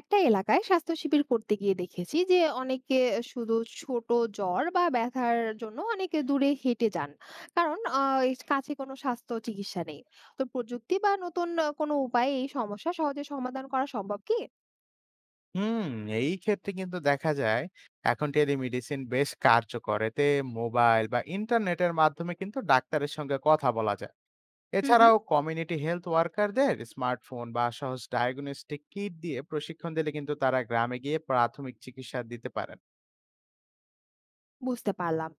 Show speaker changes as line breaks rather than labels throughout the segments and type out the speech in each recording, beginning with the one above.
একটা এলাকায় স্বাস্থ্য শিবির করতে গিয়ে দেখেছি যে অনেকে শুধু ছোট জ্বর বা ব্যথার জন্য অনেকে দূরে হেঁটে যান। কারণ এর কাছে কোনো স্বাস্থ্য চিকিৎসা নেই। তো প্রযুক্তি বা নতুন কোনো উপায়ে এই সমস্যা সহজে সমাধান করা সম্ভব কি?
হুম, এই ক্ষেত্রে কিন্তু দেখা যায় এখন টেলিমেডিসিন বেশ কার্যকর। এতে মোবাইল বা ইন্টারনেটের মাধ্যমে কিন্তু ডাক্তারের সঙ্গে কথা বলা যায়।
হুম হুম,
এছাড়াও কমিউনিটি হেলথ ওয়ার্কারদের স্মার্টফোন বা সহজ ডায়াগনস্টিক কিট দিয়ে প্রশিক্ষণ দিলে কিন্তু তারা গ্রামে গিয়ে প্রাথমিক চিকিৎসা দিতে পারেন।
বুঝতে পারলাম।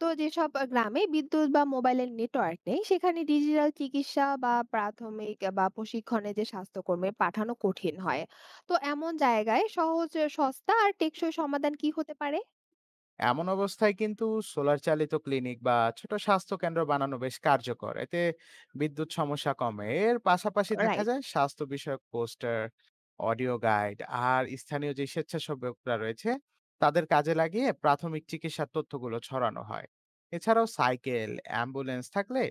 তো যেসব গ্রামে বিদ্যুৎ বা মোবাইলের নেটওয়ার্ক নেই, সেখানে ডিজিটাল চিকিৎসা বা প্রাথমিক বা প্রশিক্ষণে যে স্বাস্থ্যকর্মী পাঠানো কঠিন হয়। তো এমন জায়গায় সহজ, সস্তা আর টেকসই সমাধান কি হতে পারে?
এমন অবস্থায় কিন্তু সোলার চালিত ক্লিনিক বা ছোট স্বাস্থ্য কেন্দ্র বানানো বেশ কার্যকর। এতে বিদ্যুৎ সমস্যা কমে। এর পাশাপাশি দেখা
রাইট।
যায় স্বাস্থ্য বিষয়ক পোস্টার, অডিও গাইড আর স্থানীয় যে স্বেচ্ছাসেবকরা রয়েছে তাদের কাজে লাগিয়ে প্রাথমিক চিকিৎসার তথ্যগুলো ছড়ানো হয়। এছাড়াও সাইকেল অ্যাম্বুলেন্স থাকলে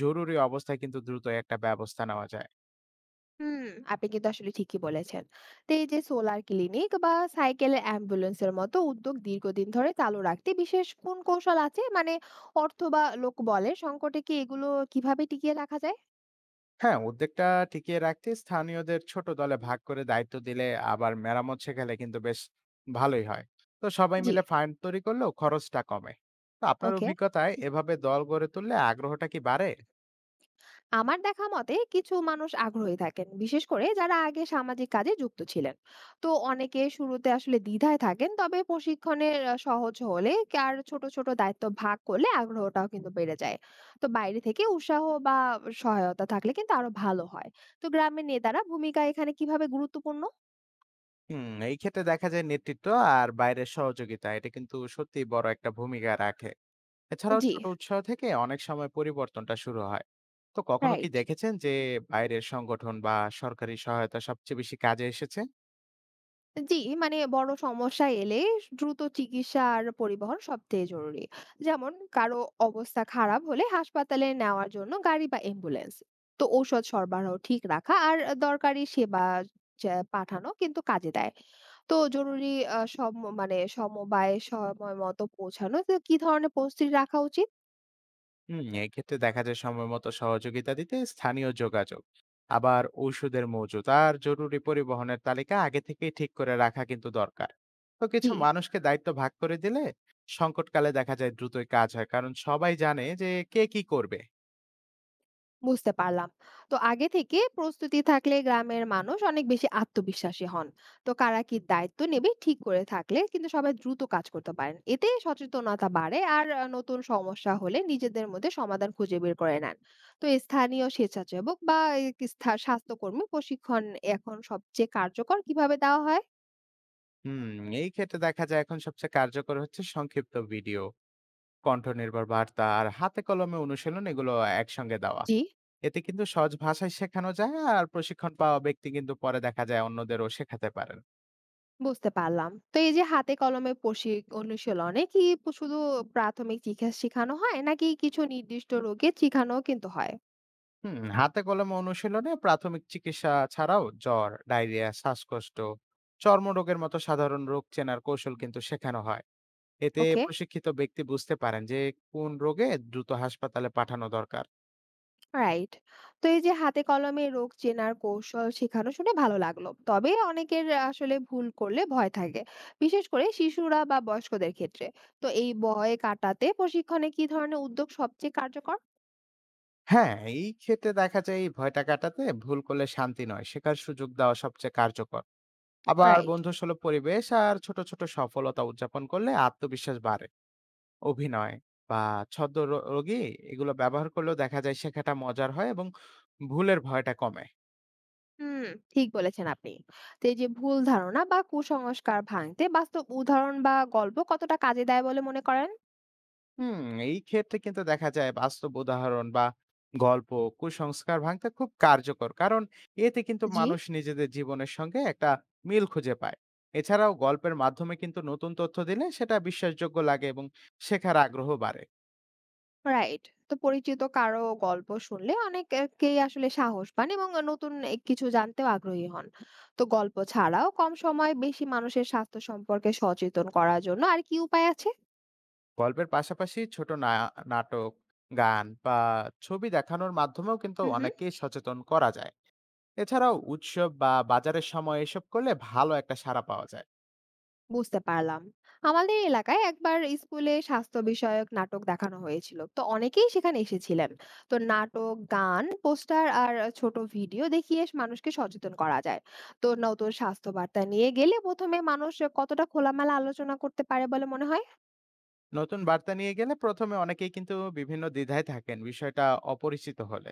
জরুরি অবস্থায় কিন্তু দ্রুত একটা ব্যবস্থা নেওয়া যায়।
হুম, আপনি কিন্তু আসলে ঠিকই বলেছেন। তো এই যে সোলার ক্লিনিক বা সাইকেলের অ্যাম্বুলেন্সের মতো উদ্যোগ দীর্ঘদিন ধরে চালু রাখতে বিশেষ কোন কৌশল আছে? মানে অর্থ বা লোকবলের সংকটে কি এগুলো কিভাবে টিকিয়ে রাখা যায়?
হ্যাঁ, উদ্যোগটা টিকিয়ে রাখতে স্থানীয়দের ছোট দলে ভাগ করে দায়িত্ব দিলে আবার মেরামত শেখালে কিন্তু বেশ ভালোই হয়। তো সবাই
জি।
মিলে ফান্ড তৈরি করলেও খরচটা কমে। তো আপনার
ওকে।
অভিজ্ঞতায় এভাবে দল গড়ে তুললে আগ্রহটা কি বাড়ে?
আমার দেখা মতে কিছু মানুষ আগ্রহী থাকেন, বিশেষ করে যারা আগে সামাজিক কাজে যুক্ত ছিলেন। তো অনেকে শুরুতে আসলে দ্বিধায় থাকেন, তবে প্রশিক্ষণের সহজ হলে কে আর ছোট ছোট দায়িত্ব ভাগ করলে আগ্রহটাও কিন্তু বেড়ে যায়। তো বাইরে থেকে উৎসাহ বা সহায়তা থাকলে কিন্তু আরো ভালো হয়। তো গ্রামের নেতারা ভূমিকা এখানে কিভাবে গুরুত্বপূর্ণ?
এই ক্ষেত্রে দেখা যায় নেতৃত্ব আর বাইরের সহযোগিতা এটা কিন্তু সত্যিই বড় একটা ভূমিকা রাখে। এছাড়াও
জি।
ছোট উৎসাহ থেকে অনেক সময় পরিবর্তনটা শুরু হয়। তো কখনো কি
রাইট।
দেখেছেন যে বাইরের সংগঠন বা সরকারি সহায়তা সবচেয়ে বেশি কাজে এসেছে?
জি, মানে বড় সমস্যা এলে দ্রুত চিকিৎসা আর পরিবহন সবথেকে জরুরি। যেমন কারো অবস্থা খারাপ হলে হাসপাতালে নেওয়ার জন্য গাড়ি বা অ্যাম্বুলেন্স। তো ঔষধ সরবরাহ ঠিক রাখা আর দরকারি সেবা যা পাঠানো কিন্তু কাজে দেয়। তো জরুরি আ সম মানে সমবায় সময় মতো পৌঁছানো, তো কি ধরনের প্রস্তুতি রাখা উচিত?
এক্ষেত্রে দেখা যায় সময় মতো সহযোগিতা দিতে স্থানীয় যোগাযোগ, আবার ঔষধের মজুত আর জরুরি পরিবহনের তালিকা আগে থেকেই ঠিক করে রাখা কিন্তু দরকার। তো
জি।
কিছু মানুষকে দায়িত্ব ভাগ করে দিলে সংকটকালে দেখা যায় দ্রুতই কাজ হয়, কারণ সবাই জানে যে কে কি করবে।
বুঝতে পারলাম। তো আগে থেকে প্রস্তুতি থাকলে গ্রামের মানুষ অনেক বেশি আত্মবিশ্বাসী হন। তো কারা কি দায়িত্ব নেবে ঠিক করে থাকলে কিন্তু সবাই দ্রুত কাজ করতে পারেন। এতে সচেতনতা বাড়ে আর নতুন সমস্যা হলে নিজেদের মধ্যে সমাধান খুঁজে বের করে নেন। তো স্থানীয় স্বেচ্ছাসেবক বা এই স্বাস্থ্যকর্মী প্রশিক্ষণ এখন সবচেয়ে কার্যকর কিভাবে দেওয়া হয়?
হুম এই ক্ষেত্রে দেখা যায় এখন সবচেয়ে কার্যকর হচ্ছে সংক্ষিপ্ত ভিডিও, কণ্ঠনির্ভর বার্তা আর হাতে কলমে অনুশীলন, এগুলো একসঙ্গে দেওয়া।
জি।
এতে কিন্তু সহজ ভাষায় শেখানো যায় আর প্রশিক্ষণ পাওয়া ব্যক্তি কিন্তু পরে দেখা যায় অন্যদেরও শেখাতে পারে।
বুঝতে পারলাম। তো এই যে হাতে কলমে অনুশীলনে কি শুধু প্রাথমিক চিকিৎসা শিখানো হয় নাকি কিছু নির্দিষ্ট রোগের শিখানোও কিন্তু হয়?
হাতে কলমে অনুশীলনে প্রাথমিক চিকিৎসা ছাড়াও জ্বর, ডায়রিয়া, শ্বাসকষ্ট, চর্মরোগের মতো সাধারণ রোগ চেনার কৌশল কিন্তু শেখানো হয়। এতে
ওকে।
প্রশিক্ষিত ব্যক্তি বুঝতে পারেন যে কোন রোগে দ্রুত হাসপাতালে পাঠানো দরকার।
রাইট। তো এই যে হাতে কলমে রোগ চেনার কৌশল শেখানো শুনে ভালো লাগলো। তবে অনেকের আসলে ভুল করলে ভয় থাকে। বিশেষ করে শিশুরা বা বয়স্কদের ক্ষেত্রে। তো এই ভয় কাটাতে প্রশিক্ষণে কি ধরনের উদ্যোগ সবচেয়ে কার্যকর?
হ্যাঁ, এই ক্ষেত্রে দেখা যায় এই ভয়টা কাটাতে ভুল করলে শান্তি নয় শেখার সুযোগ দেওয়া সবচেয়ে কার্যকর। আবার
রাইট।
বন্ধুসুলভ পরিবেশ আর ছোট ছোট সফলতা উদযাপন করলে আত্মবিশ্বাস বাড়ে। অভিনয় বা ছদ্মবেশী এগুলো ব্যবহার করলেও দেখা যায় শেখাটা মজার হয় এবং ভুলের ভয়টা কমে।
হুম, ঠিক বলেছেন আপনি। তো এই যে ভুল ধারণা বা কুসংস্কার ভাঙতে বাস্তব উদাহরণ বা গল্প কতটা কাজে দেয় বলে মনে করেন?
হুম, এই ক্ষেত্রে কিন্তু দেখা যায় বাস্তব উদাহরণ বা গল্প কুসংস্কার ভাঙতে খুব কার্যকর। কারণ এতে কিন্তু
জি।
মানুষ নিজেদের জীবনের সঙ্গে একটা মিল খুঁজে পায়। এছাড়াও গল্পের মাধ্যমে কিন্তু নতুন তথ্য দিলে সেটা বিশ্বাসযোগ্য লাগে এবং শেখার আগ্রহ বাড়ে।
রাইট। তো পরিচিত কারো গল্প শুনলে অনেকেই আসলে সাহস পান এবং নতুন এ কিছু জানতেও আগ্রহী হন। তো গল্প ছাড়াও কম সময়ে বেশি মানুষের স্বাস্থ্য সম্পর্কে সচেতন করার জন্য আর কি উপায় আছে?
গল্পের পাশাপাশি ছোট না নাটক, গান বা ছবি দেখানোর মাধ্যমেও কিন্তু
হুম হুম,
অনেককেই সচেতন করা যায়। এছাড়াও উৎসব বা বাজারের সময় এসব করলে ভালো একটা সাড়া পাওয়া যায়।
বুঝতে পারলাম। আমাদের এলাকায় একবার স্কুলে স্বাস্থ্য বিষয়ক নাটক দেখানো হয়েছিল। তো অনেকেই সেখানে এসেছিলেন। তো নাটক, গান, পোস্টার আর ছোট ভিডিও দেখিয়ে মানুষকে সচেতন করা যায়। তো নতুন স্বাস্থ্য বার্তা নিয়ে গেলে প্রথমে মানুষ কতটা খোলামেলা আলোচনা করতে পারে বলে মনে হয়?
নতুন বার্তা নিয়ে গেলে প্রথমে অনেকেই কিন্তু বিভিন্ন দ্বিধায় থাকেন বিষয়টা অপরিচিত হলে।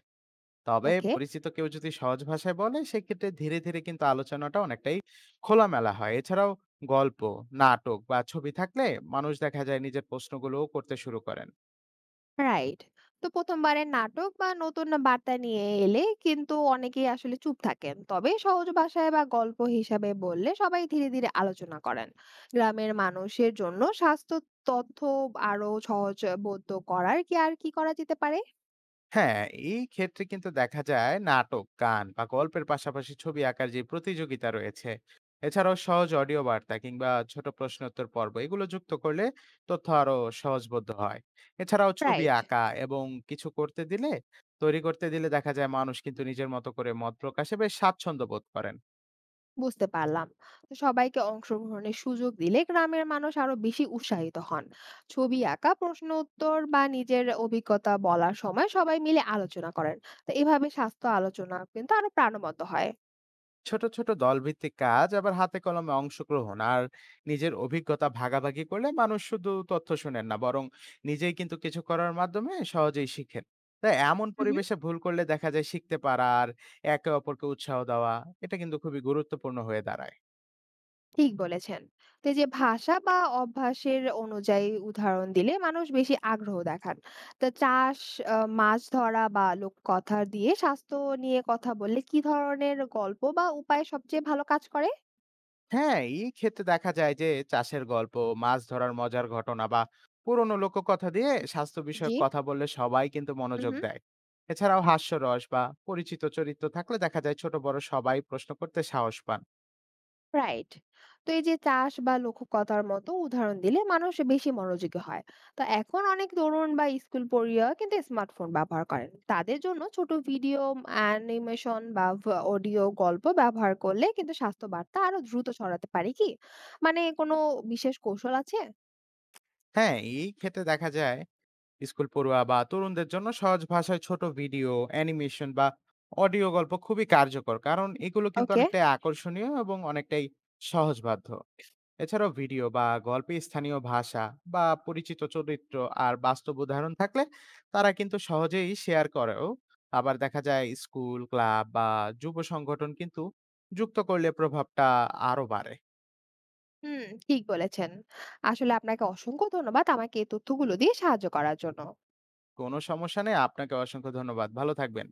তবে
ওকে।
পরিচিত কেউ যদি সহজ ভাষায় বলে সেক্ষেত্রে ধীরে ধীরে কিন্তু আলোচনাটা অনেকটাই খোলামেলা হয়। এছাড়াও গল্প, নাটক বা ছবি থাকলে মানুষ দেখা যায় নিজের প্রশ্নগুলোও করতে শুরু করেন।
রাইট। তো প্রথমবারের নাটক বা নতুন বার্তা নিয়ে এলে কিন্তু অনেকেই আসলে চুপ থাকেন, তবে সহজ ভাষায় বা গল্প হিসাবে বললে সবাই ধীরে ধীরে আলোচনা করেন। গ্রামের মানুষের জন্য স্বাস্থ্য তথ্য আরো সহজবোধ্য করার কি আর কি করা যেতে পারে?
হ্যাঁ, এই ক্ষেত্রে কিন্তু দেখা যায় নাটক, গান বা গল্পের পাশাপাশি ছবি আঁকার যে প্রতিযোগিতা রয়েছে, এছাড়াও সহজ অডিও বার্তা কিংবা ছোট প্রশ্নোত্তর পর্ব এগুলো যুক্ত করলে তথ্য আরো সহজবোধ্য হয়। এছাড়াও ছবি
রাইট।
আঁকা এবং কিছু করতে দিলে, তৈরি করতে দিলে দেখা যায় মানুষ কিন্তু নিজের মতো করে মত প্রকাশে বেশ স্বাচ্ছন্দ্য বোধ করেন।
বুঝতে পারলাম। তো সবাইকে অংশগ্রহণের সুযোগ দিলে গ্রামের মানুষ আরো বেশি উৎসাহিত হন। ছবি আঁকা, প্রশ্ন উত্তর বা নিজের অভিজ্ঞতা বলার সময় সবাই মিলে আলোচনা করেন। তো এভাবে স্বাস্থ্য আলোচনা কিন্তু আরো প্রাণবন্ত হয়।
ছোট ছোট দলভিত্তিক কাজ, আবার হাতে কলমে অংশগ্রহণ আর নিজের অভিজ্ঞতা ভাগাভাগি করলে মানুষ শুধু তথ্য শোনেন না, বরং নিজেই কিন্তু কিছু করার মাধ্যমে সহজেই শিখেন। তাই এমন
হুম,
পরিবেশে ভুল করলে দেখা যায় শিখতে পারা আর একে অপরকে উৎসাহ দেওয়া এটা কিন্তু খুবই গুরুত্বপূর্ণ হয়ে দাঁড়ায়।
ঠিক বলেছেন। তো এই যে ভাষা বা অভ্যাসের অনুযায়ী উদাহরণ দিলে মানুষ বেশি আগ্রহ দেখান। তো চাষ, মাছ ধরা বা লোককথা দিয়ে স্বাস্থ্য নিয়ে কথা বললে কি ধরনের গল্প বা উপায় সবচেয়ে ভালো কাজ করে?
হ্যাঁ, এই ক্ষেত্রে দেখা যায় যে চাষের গল্প, মাছ ধরার মজার ঘটনা বা পুরনো লোককথা দিয়ে স্বাস্থ্য
জি।
বিষয়ক কথা বললে সবাই কিন্তু মনোযোগ
হুম।
দেয়। এছাড়াও হাস্যরস বা পরিচিত চরিত্র থাকলে দেখা যায় ছোট বড় সবাই প্রশ্ন করতে সাহস পান।
রাইট। তো এই যে চাষ বা লোককথার মতো উদাহরণ দিলে মানুষ বেশি মনোযোগী হয়। তো এখন অনেক তরুণ বা স্কুল পড়ুয়া কিন্তু স্মার্টফোন ব্যবহার করেন। তাদের জন্য ছোট ভিডিও, অ্যানিমেশন বা অডিও গল্প ব্যবহার করলে কিন্তু স্বাস্থ্য বার্তা আরো দ্রুত ছড়াতে পারে কি? মানে কোনো বিশেষ কৌশল আছে?
হ্যাঁ, এই ক্ষেত্রে দেখা যায় স্কুল পড়ুয়া বা তরুণদের জন্য সহজ ভাষায় ছোট ভিডিও, অ্যানিমেশন বা অডিও গল্প খুবই কার্যকর। কারণ এগুলো কিন্তু
ওকে।
অনেকটাই আকর্ষণীয় এবং অনেকটাই সহজবাধ্য। এছাড়াও ভিডিও বা গল্পে স্থানীয় ভাষা বা পরিচিত চরিত্র আর বাস্তব উদাহরণ থাকলে তারা কিন্তু সহজেই শেয়ার করেও আবার দেখা যায় স্কুল ক্লাব বা যুব সংগঠন কিন্তু যুক্ত করলে প্রভাবটা আরো বাড়ে।
হুম, ঠিক বলেছেন। আসলে আপনাকে অসংখ্য ধন্যবাদ আমাকে এই তথ্যগুলো দিয়ে সাহায্য করার জন্য।
কোনো সমস্যা নেই, আপনাকে অসংখ্য ধন্যবাদ, ভালো থাকবেন।